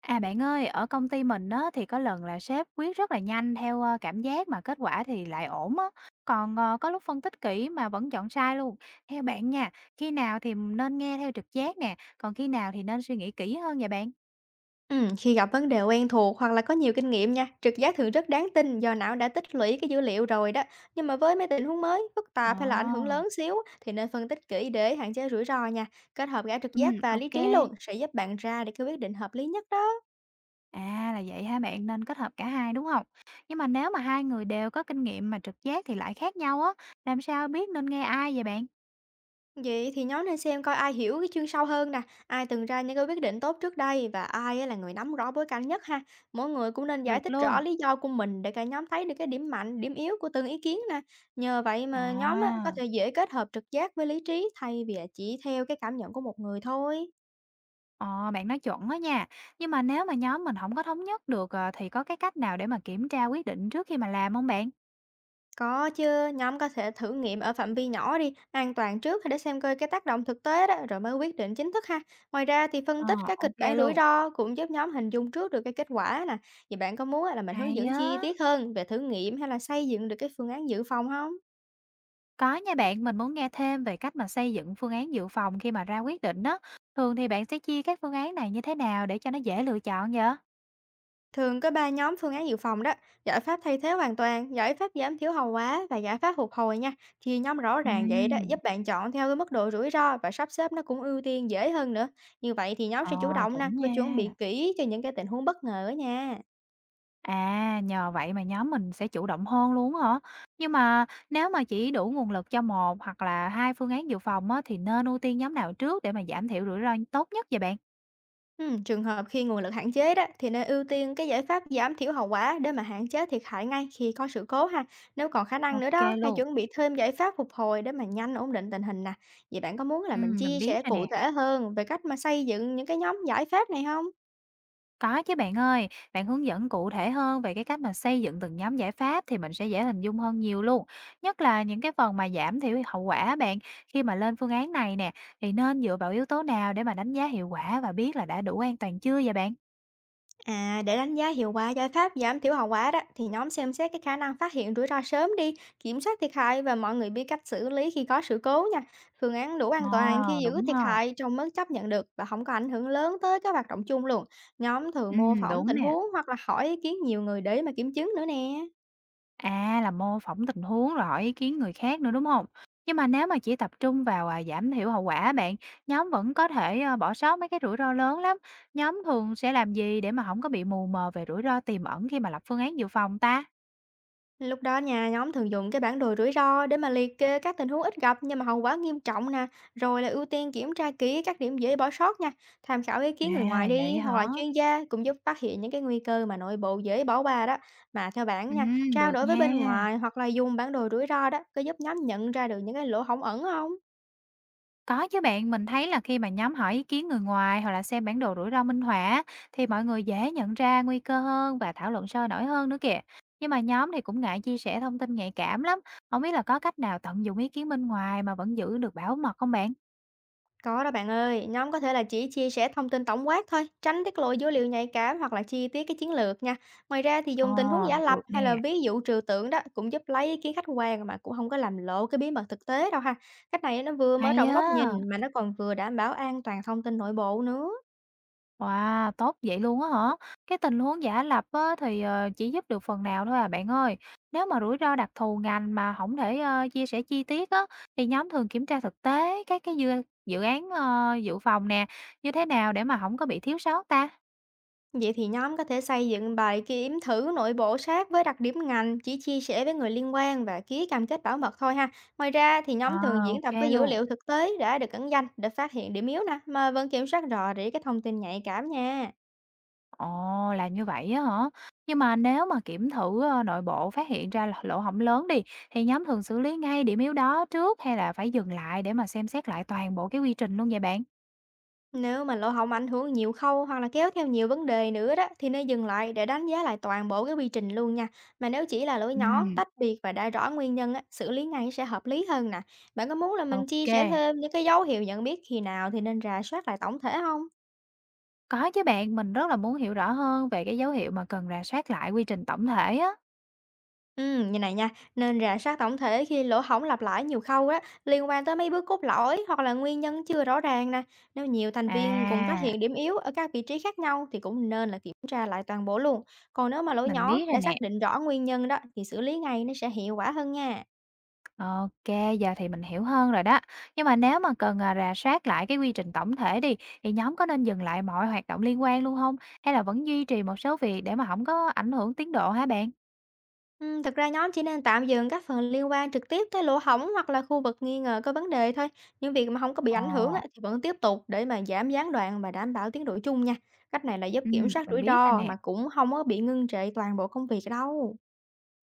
À, bạn ơi, ở công ty mình đó thì có lần là sếp quyết rất là nhanh theo, cảm giác mà kết quả thì lại ổn á, còn, có lúc phân tích kỹ mà vẫn chọn sai luôn. Theo bạn nha, khi nào thì nên nghe theo trực giác nè, còn khi nào thì nên suy nghĩ kỹ hơn vậy bạn? Khi gặp vấn đề quen thuộc hoặc là có nhiều kinh nghiệm nha, trực giác thường rất đáng tin do não đã tích lũy cái dữ liệu rồi đó. Nhưng mà với mấy tình huống mới, phức tạp hay là ảnh hưởng Ờ, lớn xíu thì nên phân tích kỹ để hạn chế rủi ro nha. Kết hợp cả trực giác và lý ok. trí luôn sẽ giúp bạn ra được cái quyết định hợp lý nhất đó. À, là vậy hả bạn, nên kết hợp cả hai, đúng không? Nhưng mà nếu mà hai người đều có kinh nghiệm mà trực giác thì lại khác nhau á, làm sao biết nên nghe ai vậy bạn? Vậy thì nhóm nên xem coi ai hiểu cái chương sâu hơn nè, ai từng ra những cái quyết định tốt trước đây và ai á là người nắm rõ bối cảnh nhất ha. Mỗi người cũng nên giải Được thích rõ luôn. lý do của mình để cả nhóm thấy được cái điểm mạnh, điểm yếu của từng ý kiến nè. Nhờ vậy mà nhóm á, có À. thể dễ kết hợp trực giác với lý trí thay vì là chỉ theo cái cảm nhận của một người thôi. Ờ, bạn nói chuẩn đó nha. Nhưng mà nếu mà nhóm mình không có thống nhất được, thì có cái cách nào để mà kiểm tra quyết định trước khi mà làm không bạn? Có chứ, nhóm có thể thử nghiệm ở phạm vi nhỏ đi, an toàn trước để xem coi cái tác động thực tế đó rồi mới quyết định chính thức ha. Ngoài ra thì phân Ờ, tích các kịch ok bản rủi luôn. ro cũng giúp nhóm hình dung trước được cái kết quả nè. Vậy bạn có muốn á là mình hướng Hay dẫn chi á. tiết hơn về thử nghiệm hay là xây dựng được cái phương án dự phòng không? Có nha bạn, mình muốn nghe thêm về cách mà xây dựng phương án dự phòng khi mà ra quyết định đó. Thường thì bạn sẽ chia các phương án này như thế nào để cho nó dễ lựa chọn vậy? Thường có 3 nhóm phương án dự phòng đó, giải pháp thay thế hoàn toàn, giải pháp giảm thiểu hậu quả và giải pháp phục hồi nha. Chia nhóm rõ ràng vậy đó Ừ. giúp bạn chọn theo cái mức độ rủi ro và sắp xếp nó cũng ưu tiên dễ hơn nữa. Như vậy thì nhóm sẽ chủ Ờ, động nè chuẩn và chuẩn bị nha. kỹ cho những cái tình huống bất ngờ đó nha. À, nhờ vậy mà nhóm mình sẽ chủ động hơn luôn hả? Nhưng mà nếu mà chỉ đủ nguồn lực cho một hoặc là hai phương án dự phòng á, thì nên ưu tiên nhóm nào trước để mà giảm thiểu rủi ro tốt nhất vậy bạn? Trường hợp khi nguồn lực hạn chế đó thì nên ưu tiên cái giải pháp giảm thiểu hậu quả để mà hạn chế thiệt hại ngay khi có sự cố ha. Nếu còn khả năng nữa Ok đó, hay luôn. chuẩn bị thêm giải pháp phục hồi để mà nhanh ổn định tình hình nè. Vậy bạn có muốn là Ừ, mình mình chia biết sẻ rồi cụ nè. thể hơn về cách mà xây dựng những cái nhóm giải pháp này không? Có chứ bạn ơi, bạn hướng dẫn cụ thể hơn về cái cách mà xây dựng từng nhóm giải pháp thì mình sẽ dễ hình dung hơn nhiều luôn. Nhất là những cái phần mà giảm thiểu hậu quả bạn, khi mà lên phương án này nè, thì nên dựa vào yếu tố nào để mà đánh giá hiệu quả và biết là đã đủ an toàn chưa vậy bạn? À, để đánh giá hiệu quả giải pháp giảm thiểu hậu quả đó thì nhóm xem xét cái khả năng phát hiện rủi ro sớm đi, kiểm soát thiệt hại và mọi người biết cách xử lý khi có sự cố nha. Phương án đủ Ồ, an toàn khi giữ đúng thiệt ha. hại trong mức chấp nhận được và không có ảnh hưởng lớn tới các hoạt động chung luôn. Nhóm thường mô phỏng Đúng tình nè. huống hoặc là hỏi ý kiến nhiều người để mà kiểm chứng nữa nè. À, là mô phỏng tình huống rồi hỏi ý kiến người khác nữa, đúng không? Nhưng mà nếu mà chỉ tập trung vào, à, giảm thiểu hậu quả bạn, nhóm vẫn có thể, bỏ sót mấy cái rủi ro lớn lắm. Nhóm thường sẽ làm gì để mà không có bị mù mờ về rủi ro tiềm ẩn khi mà lập phương án dự phòng ta? Lúc đó nha, nhóm thường dùng cái bản đồ rủi ro để mà liệt kê các tình huống ít gặp nhưng mà hậu quả nghiêm trọng nè, rồi là ưu tiên kiểm tra kỹ các điểm dễ bỏ sót nha, tham khảo ý À, kiến người ngoài là vậy đi hả? hoặc là chuyên gia cũng giúp phát hiện những cái nguy cơ mà nội bộ dễ bỏ qua đó. Mà theo bạn nha, trao Được đổi với bên nha. ngoài hoặc là dùng bản đồ rủi ro đó có giúp nhóm nhận ra được những cái lỗ hổng ẩn không? Có chứ bạn, mình thấy là khi mà nhóm hỏi ý kiến người ngoài hoặc là xem bản đồ rủi ro minh họa á, thì mọi người dễ nhận ra nguy cơ hơn và thảo luận sôi nổi hơn nữa kìa. Nhưng mà nhóm thì cũng ngại chia sẻ thông tin nhạy cảm lắm. Không biết là có cách nào tận dụng ý kiến bên ngoài mà vẫn giữ được bảo mật không bạn? Có đó bạn ơi, nhóm có thể là chỉ chia sẻ thông tin tổng quát thôi, tránh tiết lộ dữ liệu nhạy cảm hoặc là chi tiết cái chiến lược nha. Ngoài ra thì Ồ, dùng tình huống giả lập được nè. hay là ví dụ trừu tượng đó cũng giúp lấy ý kiến khách quan mà cũng không có làm lộ cái bí mật thực tế đâu ha. Cách này nó vừa mở Hay rộng góc á. nhìn mà nó còn vừa đảm bảo an toàn thông tin nội bộ nữa. Wow, tốt vậy luôn á hả? Cái tình huống giả lập á, thì chỉ giúp được phần nào thôi à bạn ơi. Nếu mà rủi ro đặc thù ngành mà không thể chia sẻ chi tiết á, thì nhóm thường kiểm tra thực tế các cái dự án dự phòng nè như thế nào để mà không có bị thiếu sót ta? Vậy thì nhóm có thể xây dựng bài kiểm thử nội bộ sát với đặc điểm ngành, chỉ chia sẻ với người liên quan và ký cam kết bảo mật thôi ha. Ngoài ra thì À, nhóm thường diễn ok tập với dữ luôn. liệu thực tế đã được ẩn danh để phát hiện điểm yếu nè, mà vẫn kiểm soát rõ rỉ cái thông tin nhạy cảm nha. Ồ, là như vậy á hả? Nhưng mà nếu mà kiểm thử nội bộ phát hiện ra là lỗ hổng lớn đi, thì nhóm thường xử lý ngay điểm yếu đó trước hay là phải dừng lại để mà xem xét lại toàn bộ cái quy trình luôn vậy bạn? Nếu mà lỗ hổng ảnh hưởng nhiều khâu hoặc là kéo theo nhiều vấn đề nữa đó thì nên dừng lại để đánh giá lại toàn bộ cái quy trình luôn nha. Mà nếu chỉ là lỗi Ừ. nhỏ, tách biệt và đã rõ nguyên nhân á, xử lý ngay sẽ hợp lý hơn nè. Bạn có muốn là mình chia sẻ OK, thêm những cái dấu hiệu nhận biết khi nào thì nên rà soát lại tổng thể không? có chứ bạn, mình rất là muốn hiểu rõ hơn về cái dấu hiệu mà cần rà soát lại quy trình tổng thể á. Như này nha, nên rà soát tổng thể khi lỗ hổng lặp lại nhiều khâu á, liên quan tới mấy bước cốt lõi hoặc là nguyên nhân chưa rõ ràng nè. Nếu nhiều thành viên cùng phát À, hiện điểm yếu ở các vị trí khác nhau thì cũng nên là kiểm tra lại toàn bộ luôn. Còn nếu mà lỗi mình nhỏ biết rồi đã nè. xác định rõ nguyên nhân đó thì xử lý ngay nó sẽ hiệu quả hơn nha. OK, giờ thì mình hiểu hơn rồi đó. Nhưng mà nếu mà cần, à, rà soát lại cái quy trình tổng thể đi, thì nhóm có nên dừng lại mọi hoạt động liên quan luôn không? Hay là vẫn duy trì một số việc để mà không có ảnh hưởng tiến độ hả bạn? Thực ra nhóm chỉ nên tạm dừng các phần liên quan trực tiếp tới lỗ hổng hoặc là khu vực nghi ngờ có vấn đề thôi. Những việc mà không có bị Ồ, ảnh hưởng á, thì vẫn tiếp tục để mà giảm gián đoạn và đảm bảo tiến độ chung nha. Cách này là giúp kiểm soát mình rủi biết rồi ro nè. mà cũng không có bị ngưng trệ toàn bộ công việc đâu.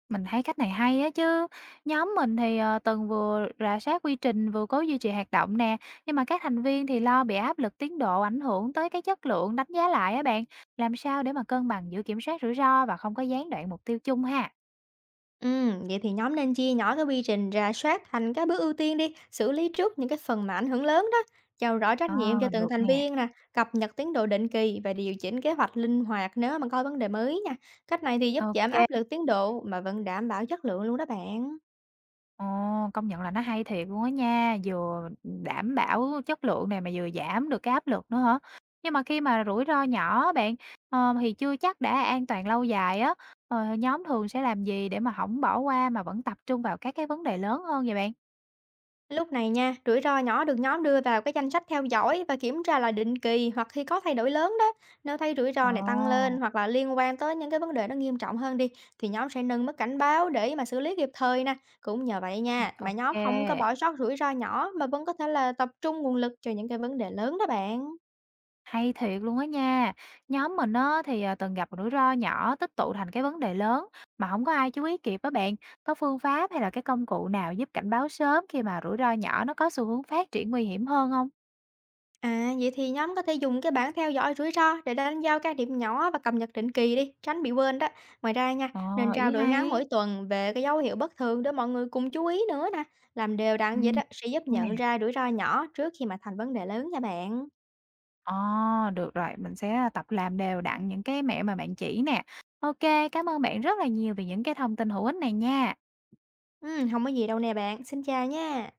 Mình thấy cách này hay á chứ. Nhóm mình thì, từng vừa rà soát quy trình, vừa cố duy trì hoạt động nè, nhưng mà các thành viên thì lo bị áp lực tiến độ ảnh hưởng tới cái chất lượng đánh giá lại á bạn. Làm sao để mà cân bằng giữa kiểm soát rủi ro và không có gián đoạn mục tiêu chung ha? Vậy thì nhóm nên chia nhỏ cái quy trình rà soát thành các bước ưu tiên đi, xử lý trước những cái phần mà ảnh hưởng lớn đó, giao rõ trách Ờ, nhiệm cho từng được thành nè. viên nè, cập nhật tiến độ định kỳ và điều chỉnh kế hoạch linh hoạt nếu mà có vấn đề mới nha. Cách này thì giúp giảm OK. áp lực tiến độ mà vẫn đảm bảo chất lượng luôn đó bạn. Ồ, công nhận là nó hay thiệt luôn á nha, vừa đảm bảo chất lượng này mà vừa giảm được cái áp lực nữa hả? Nhưng mà khi mà rủi ro nhỏ bạn, thì chưa chắc đã an toàn lâu dài á, nhóm thường sẽ làm gì để mà không bỏ qua mà vẫn tập trung vào các cái vấn đề lớn hơn vậy bạn? Lúc này nha, rủi ro nhỏ được nhóm đưa vào cái danh sách theo dõi và kiểm tra lại định kỳ hoặc khi có thay đổi lớn đó. Nếu thấy rủi ro này tăng Ồ, lên hoặc là liên quan tới những cái vấn đề nó nghiêm trọng hơn đi thì nhóm sẽ nâng mức cảnh báo để mà xử lý kịp thời nè. Cũng nhờ vậy nha, mà ok. nhóm không có bỏ sót rủi ro nhỏ mà vẫn có thể là tập trung nguồn lực cho những cái vấn đề lớn đó bạn. Hay thiệt luôn á nha. Nhóm mình á thì, à, từng gặp rủi ro nhỏ tích tụ thành cái vấn đề lớn mà không có ai chú ý kịp á bạn. Có phương pháp hay là cái công cụ nào giúp cảnh báo sớm khi mà rủi ro nhỏ nó có xu hướng phát triển nguy hiểm hơn không? À, vậy thì nhóm có thể dùng cái bảng theo dõi rủi ro để đánh dấu các điểm nhỏ và cập nhật định kỳ đi, tránh bị quên đó. Ngoài ra nha, Ờ, nên trao ý đổi ngắn mỗi hay. tuần về cái dấu hiệu bất thường để mọi người cùng chú ý nữa nè. Làm đều đặn vậy Ừm, đó sẽ giúp luôn nè. nhận ra rủi ro nhỏ trước khi mà thành vấn đề lớn nha bạn. Ờ, được rồi, mình sẽ tập làm đều đặn những cái mẹo mà bạn chỉ nè. Ok, cảm ơn bạn rất là nhiều vì những cái thông tin hữu ích này nha. Ừ, không có gì đâu nè bạn. Xin chào nha.